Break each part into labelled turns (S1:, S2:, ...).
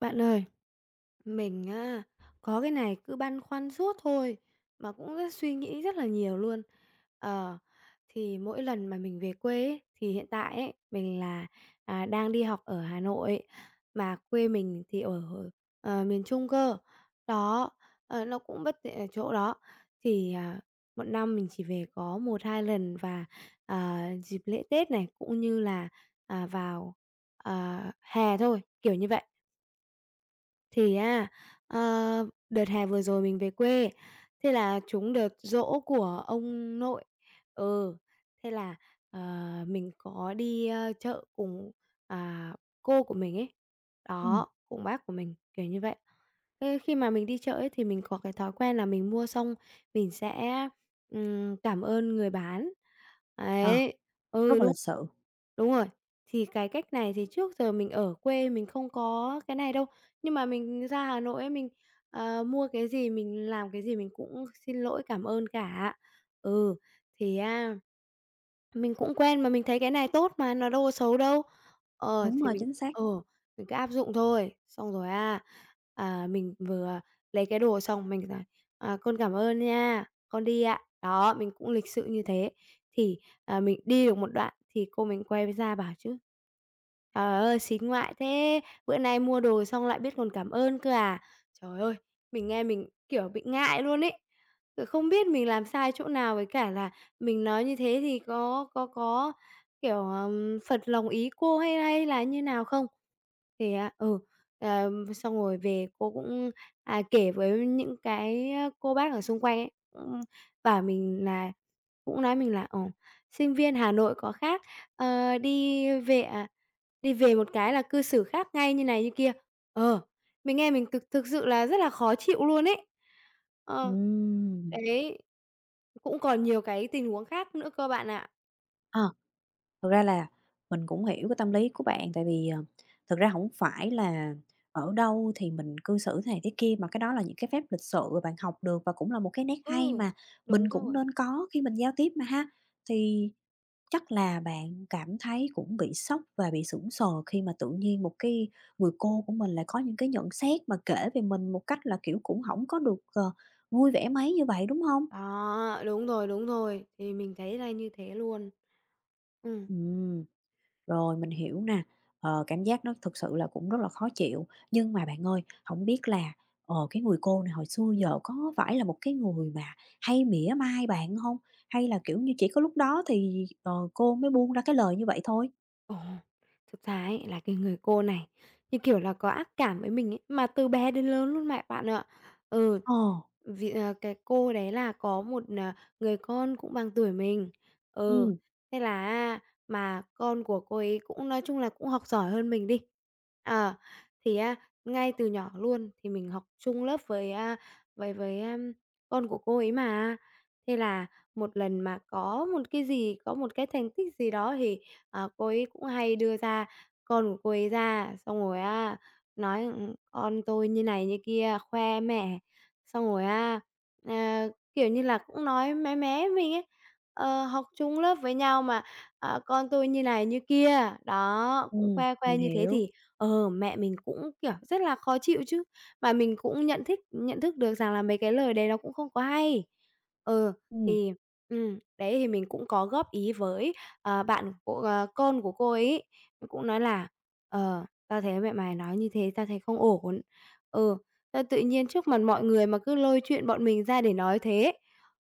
S1: Bạn ơi, mình á, có cái này cứ băn khoăn suốt thôi, mà cũng rất suy nghĩ rất là nhiều luôn. Ờ, thì mỗi lần mà mình về quê ấy, thì hiện tại ấy, đang đi học ở Hà Nội, ấy, mà quê mình thì ở miền Trung cơ. Đó, ờ, nó cũng bất tiện ở chỗ đó. Thì, à, một năm mình chỉ về có một hai lần và dịp lễ Tết này, cũng như là vào hè thôi, kiểu như vậy. Thì á, đợt hè vừa rồi mình về quê, thế là trúng đợt giỗ của ông nội. Ừ, thế là, ờ, mình có đi chợ cùng, à, cô của mình ấy,
S2: Ừm,
S1: đó, cùng bác của mình, kiểu như vậy. Thế khi mà mình đi chợ ấy thì mình có cái thói quen là mình mua xong mình sẽ cảm ơn người bán,
S2: ờ,
S1: ấy.
S2: Rất là lịch sự,
S1: Đúng rồi. Thì cái cách này thì trước giờ mình ở quê mình không có cái này đâu, nhưng mà mình ra Hà Nội ấy, mình mua cái gì, mình làm cái gì mình cũng xin lỗi, cảm ơn cả. Ừ, thì á mình cũng quen mà mình thấy cái này tốt mà, nó đâu có xấu đâu. Ờ,
S2: đúng
S1: thì
S2: rồi,
S1: mình
S2: chính xác.
S1: ờ, mình cứ áp dụng thôi. Xong rồi á, mình vừa lấy cái đồ xong mình là: "À, con cảm ơn nha, con đi ạ." Đó, mình cũng lịch sự như thế. Thì, mình đi được một đoạn thì cô mình quay ra bảo chứ: "Trời ơi, xính ngoại thế, bữa nay mua đồ xong lại biết còn cảm ơn cơ à?" Trời ơi, mình nghe mình, kiểu, bị ngại luôn ấy. Rồi không biết mình làm sai chỗ nào với cả là mình nói như thế thì có, kiểu, phật lòng ý cô hay hay là như nào không? Thì á, ừ, xong rồi về cô cũng kể với những cái cô bác ở xung quanh ấy, cũng bảo mình là cũng nói mình là: "Ờ, sinh viên Hà Nội có khác, đi về à, đi về một cái là cư xử khác ngay như này như kia." Ờ. Mình nghe mình thực thực sự là rất là khó chịu luôn ấy. Ờ.
S2: Ừm,
S1: Đấy. Cũng còn nhiều cái tình huống khác nữa cơ bạn ạ.
S2: ờ, Thực ra là mình cũng hiểu cái tâm lý của bạn, tại vì, thực ra hổng phải là ở đâu thì mình cư xử thế này thế kia, mà cái đó là những cái phép lịch sự bạn học được và cũng là một cái nét hay
S1: Ừ.
S2: mà mình
S1: Đúng
S2: cũng
S1: rồi.
S2: nên có khi mình giao tiếp mà ha. Thì chắc là bạn cảm thấy cũng bị sốc và bị sững sờ khi mà tự nhiên một cái người cô của mình lại có những cái nhận xét mà kể về mình một cách là, kiểu, cũng hổng có được, vui vẻ mấy như vậy, đúng hông?
S1: Đó, đúng rồi, thì mình thấy là như thế luôn. Ừ.
S2: Ừm, Rồi mình hiểu nè. Cảm giác nó thực sự là cũng rất là khó chịu. Nhưng mà bạn ơi, không biết là, cái người cô này hồi xưa giờ có phải là một cái người mà hay mỉa mai bạn không? Hay là, kiểu như, chỉ có lúc đó thì, cô mới buông ra cái lời như vậy thôi?
S1: Ồ, thực ra ấy là cái người cô này, như kiểu là, có ác cảm với mình ấy, mà từ bé đến lớn luôn mẹ bạn ạ. Ừ,
S2: Ờ,
S1: vì cái cô đấy là có một người con cũng bằng tuổi mình. Ừ,
S2: ừm,
S1: thế là mà con của cô ấy cũng nói chung là cũng học giỏi hơn mình đi. Ờ, thì á, ngay từ nhỏ luôn thì mình học chung lớp với, a, với với, a, con của cô ấy mà. Thế là một lần mà có một cái thành tích gì đó thì cô ấy cũng hay đưa ra con của cô ấy ra, xong rồi á nói, "Con tôi như này như kia", khoe mẹ, xong rồi á, ờ, kiểu như là, cũng nói mé mé mình ấy, học chung lớp với nhau mà, "Con tôi như này như kia", đó, cũng khoe
S2: mình
S1: khoe như thế
S2: hiểu.
S1: thì, ờ, mẹ mình cũng, kiểu, rất là khó chịu chứ. Mà mình cũng nhận thức được rằng là mấy cái lời đấy nó cũng không có hay. Ừ,
S2: Ừm,
S1: thì, đấy, thì mình cũng có góp ý với bạn của con của cô ấy cũng nói là: "Ờ, tao thấy mẹ mày nói như thế tao thấy không ổn." Ừ, sao tự nhiên trước mặt mọi người mà cứ lôi chuyện bọn mình ra để nói thế.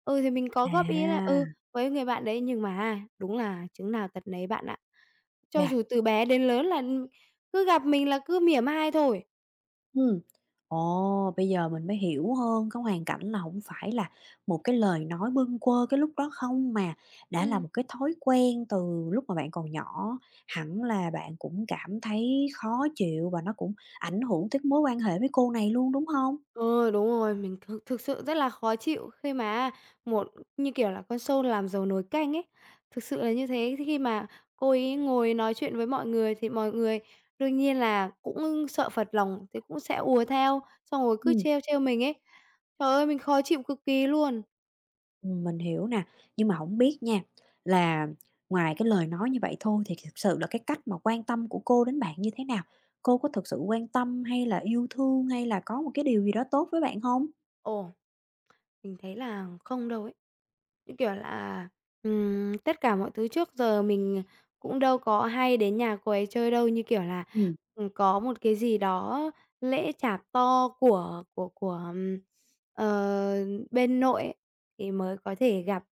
S1: Ừ, thì mình có góp ý là,
S2: à,
S1: ừ, với người bạn đấy nhưng mà đúng là chứng nào tật nấy bạn ạ. Cho
S2: chà.
S1: dù từ bé đến lớn là ừ, cứ gặp mình là cứ mỉa mai thôi.
S2: Ừm. Ồ, bây giờ mình mới hiểu hơn cái hoàn cảnh là hổng phải là một cái lời nói bâng quơ cái lúc đó không, mà đã là
S1: Ừm.
S2: một cái thói quen từ lúc mà bạn còn nhỏ, hẳn là bạn cũng cảm thấy khó chịu và nó cũng ảnh hưởng tới mối quan hệ với cô này luôn, đúng hông?
S1: Ờ, đúng rồi, mình thực thực sự rất là khó chịu khi mà như kiểu là, con sâu làm rầu nồi canh ấy. Thực sự là như thế, khi mà cô ấy ngồi nói chuyện với mọi người thì mọi người đương nhiên là cũng sợ phật lòng thì cũng sẽ ùa theo, xong rồi cứ
S2: Ừm.
S1: trêu trêu mình ấy. Trời ơi, mình khó chịu cực kỳ luôn!
S2: Mình hiểu nè, nhưng mà hổng biết nha, là ngoài cái lời nói như vậy thôi thì thực sự là cái cách mà quan tâm của cô đến bạn như thế nào? Cô có thực sự quan tâm hay là yêu thương hay là có một cái điều gì đó tốt với bạn hông?
S1: Ồ, mình thấy là không đâu ấy. Như kiểu là, tất cả mọi thứ trước giờ mình cũng đâu có hay đến nhà cô ấy chơi đâu, như kiểu là,
S2: Ừm.
S1: có một cái gì đó lễ chạp to của, ờ, bên nội ấy, thì mới có thể gặp.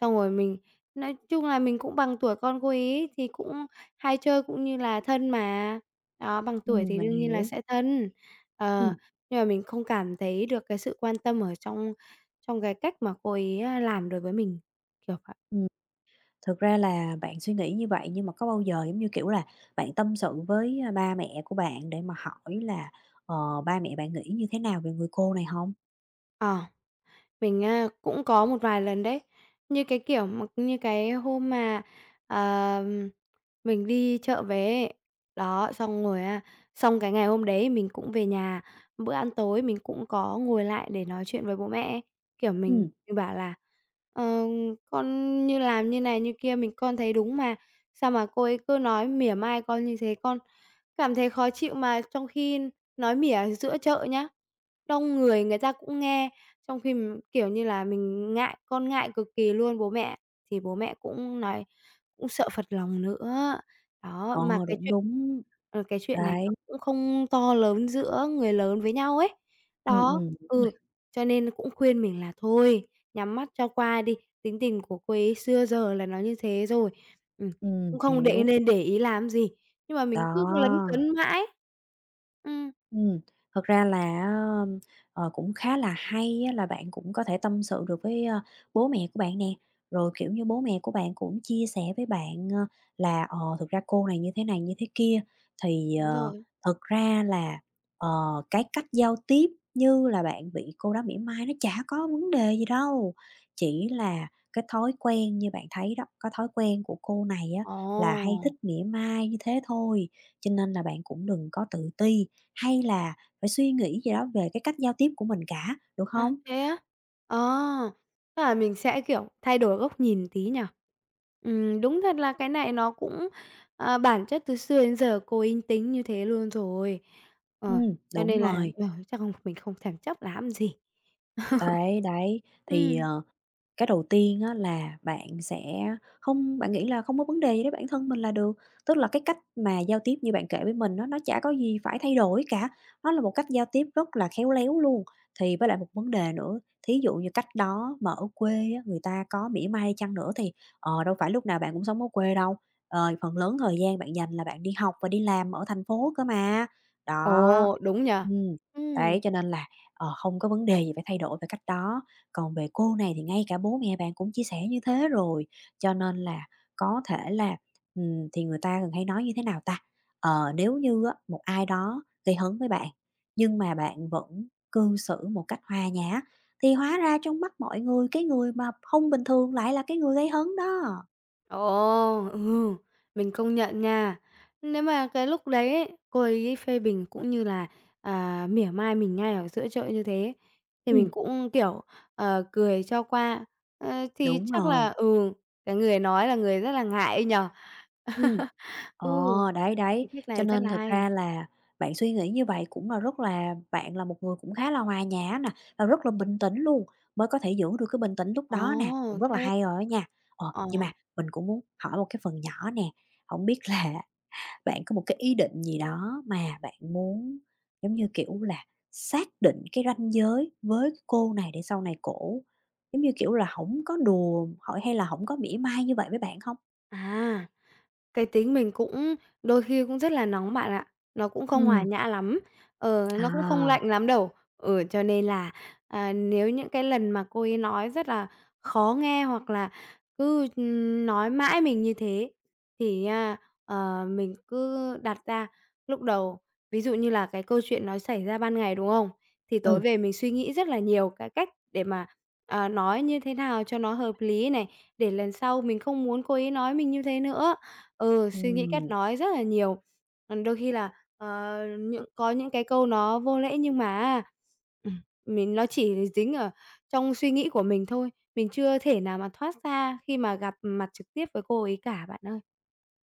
S1: Xong rồi nói chung là mình cũng bằng tuổi con cô ấy thì cũng hay chơi cũng như là thân mà, đó, bằng tuổi thì
S2: Mình
S1: đương nhiên là
S2: hiểu.
S1: sẽ thân. Ờ,
S2: Ừm,
S1: nhưng mà mình không cảm thấy được cái sự quan tâm ở trong trong cái cách mà cô ấy làm đối với mình, kiểu vậy.
S2: ừm. Thực ra là bạn suy nghĩ như vậy nhưng mà có bao giờ, giống như kiểu là, bạn tâm sự với, ba mẹ của bạn để mà hỏi là, ba mẹ bạn nghĩ như thế nào về người cô này không?
S1: Ờ. Mình á, cũng có một vài lần đấy. Như cái, kiểu, mà như cái hôm mà, ờ, mình đi chợ về ấy, đó, xong rồi á, xong cái ngày hôm đấy mình cũng về nhà, bữa ăn tối mình cũng có ngồi lại để nói chuyện với bố mẹ ấy. Kiểu, mình
S2: Ừ,
S1: mình bảo là: "Ờ, con như làm như này như kia mình con thấy đúng mà, sao mà cô ấy cứ nói mỉa mai con như thế, con cảm thấy khó chịu mà." Trong khi nói mỉa giữa chợ nhá, đông người người ta cũng nghe. Trong khi mình, kiểu như là, mình ngại con ngại cực kỳ luôn bố mẹ, thì bố mẹ cũng nói cũng sợ phật lòng nữa. Đó,
S2: ờ,
S1: mà cái
S2: đúng,
S1: chuyện
S2: đúng.
S1: ờ, cái chuyện này nó
S2: Đấy,
S1: cũng không to lớn giữa người lớn với nhau ấy.
S2: ừm,
S1: Đó,
S2: ừm,
S1: ừ, cho nên cũng khuyên mình là: "Thôi, nhắm mắt cho qua đi, tính tình của cô ấy xưa giờ là nó như thế rồi, ừm, cũng không
S2: hiểu.
S1: nên để ý làm gì." Nhưng mà mình cứ lấn
S2: Đó.
S1: cấn mãi. Ừm,
S2: Ừm, Thật ra là á, cũng khá là hay á, là bạn cũng có thể tâm sự được với, bố mẹ của bạn nè, rồi, kiểu như, bố mẹ của bạn cũng chia sẻ với bạn, là "Ờ, thực ra cô này, như thế kia." Thì,
S1: đúng rồi.
S2: thực ra là, ờ, cái cách giao tiếp như là bạn bị cô đó mỉa mai nó chả có vấn đề gì đâu, chỉ là cái thói quen như bạn thấy đó, cái thói quen của cô này á
S1: Ồ!
S2: là hay thích mỉa mai như thế thôi, cho nên là bạn cũng đừng có tự ti. Hay là phải suy nghĩ gì đó về cái cách giao tiếp của mình cả, được
S1: À,
S2: không?
S1: thế á? Ờ, tức là mình sẽ, kiểu, thay đổi góc nhìn tí nhở. Đúng thật là cái này nó cũng, ờ, bản chất từ xưa đến giờ cô Yến tính như thế luôn rồi.
S2: Ừ,
S1: Ờ, cho
S2: đúng
S1: nên là,
S2: rồi,
S1: ờ, chắc không mình không thèm chấp làm gì.
S2: đấy, đấy, thì,
S1: Ừm.
S2: ờ Cái đầu tiên á là bạn sẽ không bạn nghĩ là không có vấn đề gì với bản thân mình là được, tức là cái cách mà giao tiếp như bạn kể với mình nó chả có gì phải thay đổi cả, nó là một cách giao tiếp rất là khéo léo luôn. Thì với lại một vấn đề nữa, thí dụ như cách đó mà ở quê á, người ta có mỉa mai chăng nữa thì, đâu phải lúc nào bạn cũng sống ở quê đâu, phần lớn thời gian bạn dành là bạn đi học và đi làm ở thành phố cơ mà. Đó,
S1: Ồ, đúng nhỉ?
S2: ừm, đấy,
S1: Ừm.
S2: cho nên là, không có vấn đề gì phải thay đổi về cách đó. Còn về cô này thì ngay cả bố mẹ bạn cũng chia sẻ như thế rồi, cho nên là có thể là, thì người ta thường hay nói như thế nào ta? Nếu như á, một ai đó gây hấn với bạn, nhưng mà bạn vẫn cư xử một cách hòa nhã thì hóa ra trong mắt mọi người, cái người mà không bình thường lại là cái người gây hấn đó.
S1: Ồ, ừ, mình công nhận nha. Nếu mà cái lúc đấy ấy, cô ấy phê bình cũng như là mỉa mai mình ngay ở giữa chợ như thế, thì mình
S2: Ừm,
S1: cũng, kiểu, ờ, cười cho qua. Ờ, thì
S2: Đúng
S1: chắc là
S2: rồi.
S1: ừ, cái người nói là người rất là ngại ấy nhỉ?
S2: Ừm. Ờ,
S1: Ừ,
S2: Đấy, đấy,
S1: cái cách
S2: cho
S1: này rất
S2: nên
S1: là
S2: thực
S1: hay.
S2: ra là bạn suy nghĩ như vậy cũng là rất là bạn là một người cũng khá là hòa nhã nè, và rất là bình tĩnh luôn, mới có thể giữ được cái bình tĩnh lúc
S1: Ồ,
S2: đó nè, cũng rất là
S1: thế
S2: hay rồi á nha.
S1: ờ,
S2: Nhưng mà mình cũng muốn hỏi một cái phần nhỏ nè, không biết là bạn có một cái ý định gì đó mà bạn muốn, giống như kiểu là, xác định cái ranh giới với cô này để sau này cổ, giống như kiểu là, không có đùa hỏi hay là không có mỉa mai như vậy với bạn không?
S1: à. Cái tính mình cũng đôi khi cũng rất là nóng bạn ạ, nó cũng không hòa
S2: Ừ.
S1: nhã lắm, ờ, nó cũng không
S2: À,
S1: lạnh lắm đâu. Ừ, cho nên là, nếu những cái lần mà cô ấy nói rất là khó nghe hoặc là cứ, nói mãi mình như thế thì nha, mình cứ đặt ra lúc đầu ví dụ như là cái câu chuyện nó xảy ra ban ngày, đúng không? Thì tối
S2: ừ.
S1: về mình suy nghĩ rất là nhiều cái cách để mà, ờ, nói như thế nào cho nó hợp lý này, để lần sau mình không muốn cô ấy nói mình như thế nữa. Ừ, suy nghĩ cách
S2: Ừm,
S1: nói rất là nhiều. Còn đôi khi là, ờ, có những cái câu nó vô lễ nhưng mà á, ừm, mình nó chỉ dính ở trong suy nghĩ của mình thôi, mình chưa thể nào mà thoát ra khi mà gặp mặt trực tiếp với cô ấy cả bạn ơi.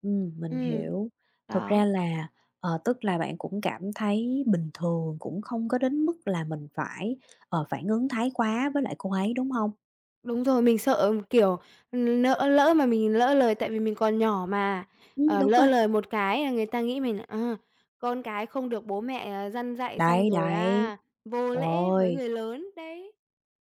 S2: mình
S1: Ừ,
S2: hiểu. Thực ra
S1: Đó,
S2: là, tức là bạn cũng cảm thấy bình thường, cũng không có đến mức là mình phải, phản ứng thái quá với lại cô ấy, đúng không?
S1: đúng rồi, mình sợ, kiểu, lỡ lỡ mà mình lỡ lời tại vì mình còn nhỏ mà,
S2: Đúng
S1: lỡ
S2: rồi,
S1: lời một cái là người ta nghĩ mình là, ờ, con cái không được bố mẹ, ờ, dăn dạy xong
S2: đấy,
S1: rồi
S2: đấy,
S1: à, vô lễ với
S2: rồi.
S1: người lớn, đấy.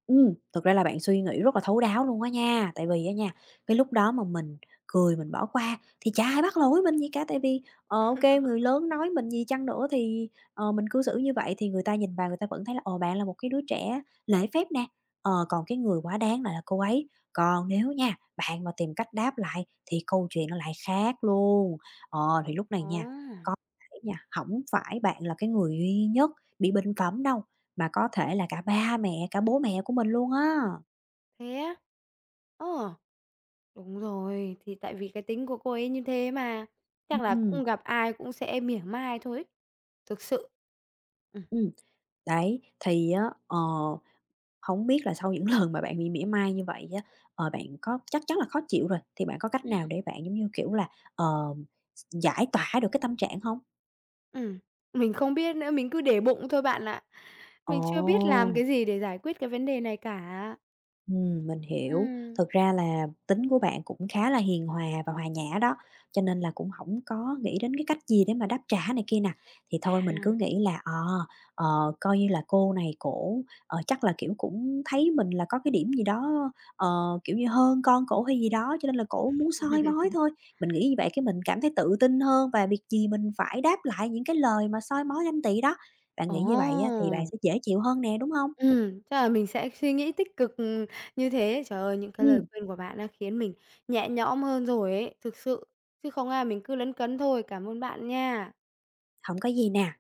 S2: Thực ra là bạn suy nghĩ rất là thấu đáo luôn á nha, tại vì á nha, cái lúc đó mà mình cười mình bỏ qua thì chả ai bắt lỗi mình gì cả, tại vì, ờ, ô người lớn nói mình gì chăng nữa thì, mình cư xử như vậy thì người ta nhìn vào người ta vẫn thấy là, ồ bạn là một cái đứa trẻ lễ phép nè, còn cái người quá đáng lại là cô ấy. Còn nếu nha, bạn mà tìm cách đáp lại thì câu chuyện nó lại khác luôn. Ờ, thì lúc này nha,
S1: À,
S2: có thể nha, hổng phải bạn là cái người duy nhất bị bình phẩm đâu, mà có thể là cả ba mẹ, cả bố mẹ của mình luôn á.
S1: thế á? Ờ, đúng rồi, thì tại vì cái tính của cô ấy như thế mà, chắc là
S2: Ừm,
S1: cũng gặp ai cũng sẽ mỉa mai thôi ấy, thực sự. Ừm,
S2: ừm, Đấy, thì á, hổng biết là sau những lần mà bạn bị mỉa mai như vậy á, bạn có chắc chắn là khó chịu rồi, thì bạn có cách nào để bạn, giống như kiểu là, ờ, s giải tỏa được cái tâm trạng hông?
S1: ừm, mình không biết nữa, mình cứ để bụng thôi bạn ạ.
S2: Ồ!
S1: Mình chưa biết làm cái gì để giải quyết cái vấn đề này cả.
S2: Mình hiểu.
S1: Ừm.
S2: Thực ra là tính của bạn cũng khá là hiền hòa và hòa nhã đó, cho nên là cũng không có nghĩ đến cái cách gì để mà đáp trả này kia nè. Thì thôi mình cứ
S1: À.
S2: nghĩ là, ờ, coi như là cô này cổ, chắc là, kiểu, cũng thấy mình là có cái điểm gì đó, ờ, kiểu như, hơn con cổ hay gì đó, cho nên là cổ muốn soi mói thôi. Mình nghĩ như vậy cái mình cảm thấy tự tin hơn và việc gì mình phải đáp lại những cái lời mà soi mói ganh tị đó. Bạn nghĩ như vậy á, thì bạn
S1: Ồ!
S2: sẽ dễ chịu hơn nè, đúng không?
S1: Chắc là mình sẽ suy nghĩ tích cực, như thế. Trời ơi, những cái lời
S2: Ừm,
S1: khuyên của bạn đã khiến mình nhẹ nhõm hơn rồi ấy, thực sự, chứ không ai mình cứ lấn cấn thôi. Cảm ơn bạn nha.
S2: Hổng có gì nè.